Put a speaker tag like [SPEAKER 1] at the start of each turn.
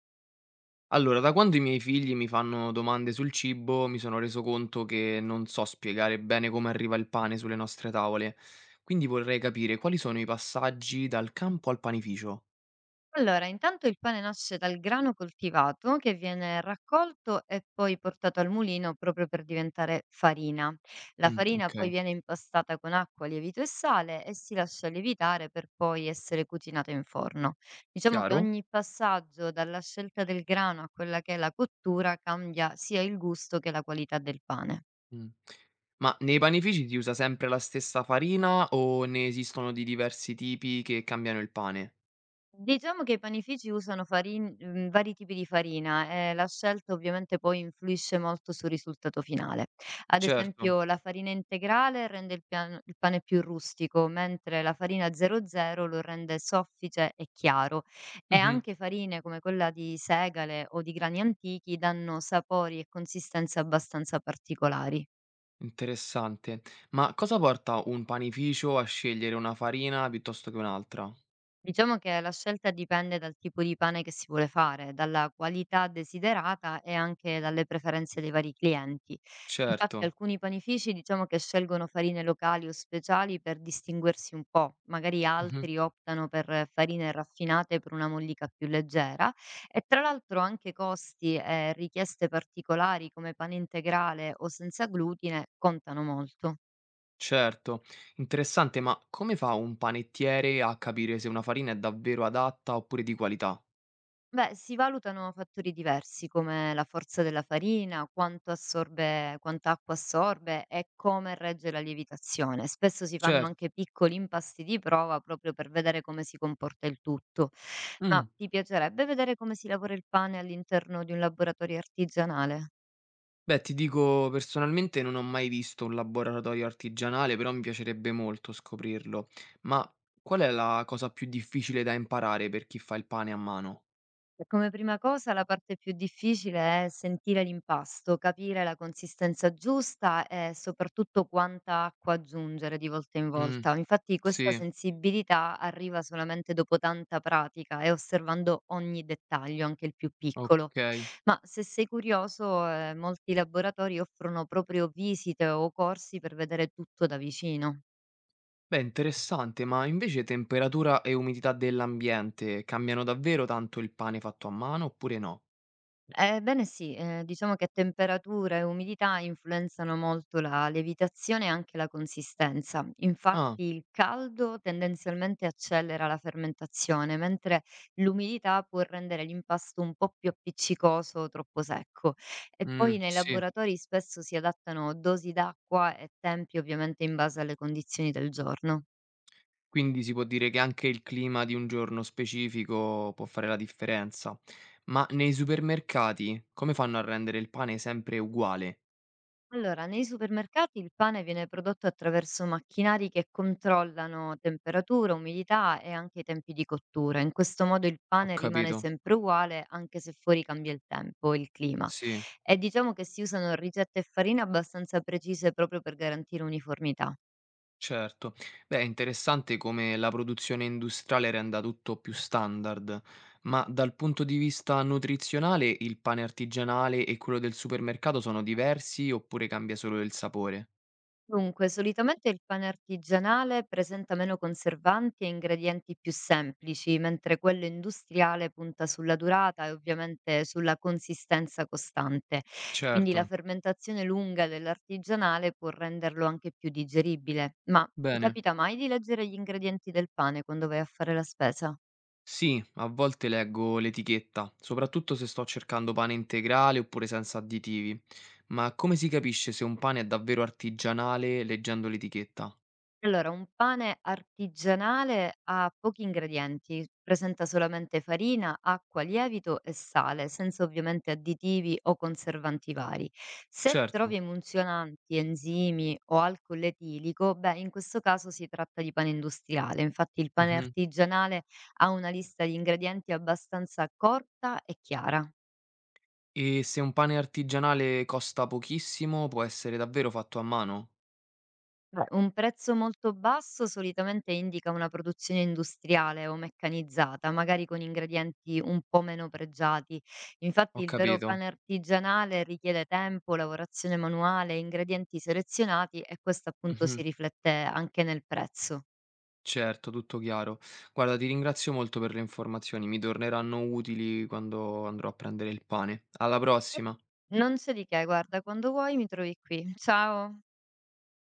[SPEAKER 1] Allora, da quando i miei figli mi fanno domande sul cibo, mi sono reso conto che non so spiegare bene come arriva il pane sulle nostre tavole. Quindi vorrei capire quali sono i passaggi dal campo al panificio.
[SPEAKER 2] Allora, intanto il pane nasce dal grano coltivato che viene raccolto e poi portato al mulino proprio per diventare farina. La
[SPEAKER 1] Mm,
[SPEAKER 2] farina poi
[SPEAKER 1] ok,
[SPEAKER 2] viene impastata con acqua, lievito e sale e si lascia lievitare per poi essere cucinata in forno. Diciamo che
[SPEAKER 1] chiaro?
[SPEAKER 2] ogni passaggio dalla scelta del grano a quella che è la cottura cambia sia il gusto che la qualità del pane.
[SPEAKER 1] Mm. Ma nei panifici si usa sempre la stessa farina o ne esistono di diversi tipi che cambiano il pane?
[SPEAKER 2] Diciamo che i panifici usano vari tipi di farina e la scelta ovviamente poi influisce molto sul risultato finale. Ad
[SPEAKER 1] Certo.
[SPEAKER 2] esempio la farina integrale rende il pane più rustico, mentre la farina 00 lo rende soffice e chiaro. E
[SPEAKER 1] Mhm,
[SPEAKER 2] anche farine come quella di segale o di grani antichi danno sapori e consistenze abbastanza particolari.
[SPEAKER 1] interessante. Ma cosa porta un panificio a scegliere una farina piuttosto che un'altra?
[SPEAKER 2] Diciamo che la scelta dipende dal tipo di pane che si vuole fare, dalla qualità desiderata e anche dalle preferenze dei vari clienti. Infatti
[SPEAKER 1] Certo.
[SPEAKER 2] alcuni panifici diciamo che scelgono farine locali o speciali per distinguersi un po', magari
[SPEAKER 1] Mhm.
[SPEAKER 2] altri optano per farine raffinate per una mollica più leggera e tra l'altro anche costi e richieste particolari come pane integrale o senza glutine contano molto.
[SPEAKER 1] Certo, interessante, ma come fa un panettiere a capire se una farina è davvero adatta oppure di qualità?
[SPEAKER 2] Beh, si valutano fattori diversi come la forza della farina, quanto assorbe, quanta acqua assorbe e come regge la lievitazione. Spesso si fanno
[SPEAKER 1] Certo.
[SPEAKER 2] anche piccoli impasti di prova proprio per vedere come si comporta il tutto. Ma
[SPEAKER 1] Mm.
[SPEAKER 2] ti piacerebbe vedere come si lavora il pane all'interno di un laboratorio artigianale?
[SPEAKER 1] Beh, ti dico, personalmente non ho mai visto un laboratorio artigianale, però mi piacerebbe molto scoprirlo. Ma qual è la cosa più difficile da imparare per chi fa il pane a mano?
[SPEAKER 2] E come prima cosa la parte più difficile è sentire l'impasto, capire la consistenza giusta e soprattutto quanta acqua aggiungere di volta in
[SPEAKER 1] Mm,
[SPEAKER 2] volta. Infatti questa
[SPEAKER 1] sì,
[SPEAKER 2] sensibilità arriva solamente dopo tanta pratica e osservando ogni dettaglio, anche il più piccolo.
[SPEAKER 1] ok.
[SPEAKER 2] Ma se sei curioso, molti laboratori offrono proprio visite o corsi per vedere tutto da vicino.
[SPEAKER 1] Beh, interessante, ma invece temperatura e umidità dell'ambiente cambiano davvero tanto il pane fatto a mano oppure no?
[SPEAKER 2] Ebbene sì, diciamo che temperatura e umidità influenzano molto la lievitazione e anche la consistenza.
[SPEAKER 1] Ah,
[SPEAKER 2] Infatti il caldo tendenzialmente accelera la fermentazione, mentre l'umidità può rendere l'impasto un po' più appiccicoso o troppo secco. E
[SPEAKER 1] mm,
[SPEAKER 2] poi nei
[SPEAKER 1] sì.
[SPEAKER 2] laboratori spesso si adattano dosi d'acqua e tempi ovviamente in base alle condizioni del giorno.
[SPEAKER 1] Quindi si può dire che anche il clima di un giorno specifico può fare la differenza. Ma nei supermercati come fanno a rendere il pane sempre uguale?
[SPEAKER 2] Allora, nei supermercati il pane viene prodotto attraverso macchinari che controllano temperatura, umidità e anche i tempi di cottura. In questo modo il
[SPEAKER 1] Ho
[SPEAKER 2] pane rimane
[SPEAKER 1] capito.
[SPEAKER 2] sempre uguale anche se fuori cambia il tempo, il clima.
[SPEAKER 1] Sì,
[SPEAKER 2] E diciamo che si usano ricette e farine abbastanza precise proprio per garantire uniformità.
[SPEAKER 1] certo. Beh, è interessante come la produzione industriale renda tutto più standard, ma dal punto di vista nutrizionale il pane artigianale e quello del supermercato sono diversi oppure cambia solo il sapore?
[SPEAKER 2] Dunque, solitamente il pane artigianale presenta meno conservanti e ingredienti più semplici, mentre quello industriale punta sulla durata e ovviamente sulla consistenza costante. Quindi la
[SPEAKER 1] Certo.
[SPEAKER 2] fermentazione lunga dell'artigianale può renderlo anche più digeribile. Ma ti
[SPEAKER 1] Bene.
[SPEAKER 2] capita mai di leggere gli ingredienti del pane quando vai a fare la spesa?
[SPEAKER 1] Sì, a volte leggo l'etichetta, soprattutto se sto cercando pane integrale oppure senza additivi. Ma come si capisce se un pane è davvero artigianale leggendo l'etichetta?
[SPEAKER 2] Allora, un pane artigianale ha pochi ingredienti, presenta solamente farina, acqua, lievito e sale, senza ovviamente additivi o conservanti vari. Se trovi
[SPEAKER 1] Certo.
[SPEAKER 2] emulsionanti, enzimi o alcol etilico, beh, in questo caso si tratta di pane industriale. Infatti il pane
[SPEAKER 1] Mhm.
[SPEAKER 2] artigianale ha una lista di ingredienti abbastanza corta e chiara.
[SPEAKER 1] E se un pane artigianale costa pochissimo, può essere davvero fatto a mano?
[SPEAKER 2] Beh, un prezzo molto basso solitamente indica una produzione industriale o meccanizzata, magari con ingredienti un po' meno pregiati. Infatti
[SPEAKER 1] Ho
[SPEAKER 2] il vero
[SPEAKER 1] capito.
[SPEAKER 2] pane artigianale richiede tempo, lavorazione manuale, ingredienti selezionati e questo appunto si
[SPEAKER 1] Mhm.
[SPEAKER 2] riflette anche nel prezzo.
[SPEAKER 1] Certo, tutto chiaro. Guarda, ti ringrazio molto per le informazioni, mi torneranno utili quando andrò a prendere il pane. Alla prossima!
[SPEAKER 2] Non c'è di che, guarda, quando vuoi mi trovi qui. Ciao.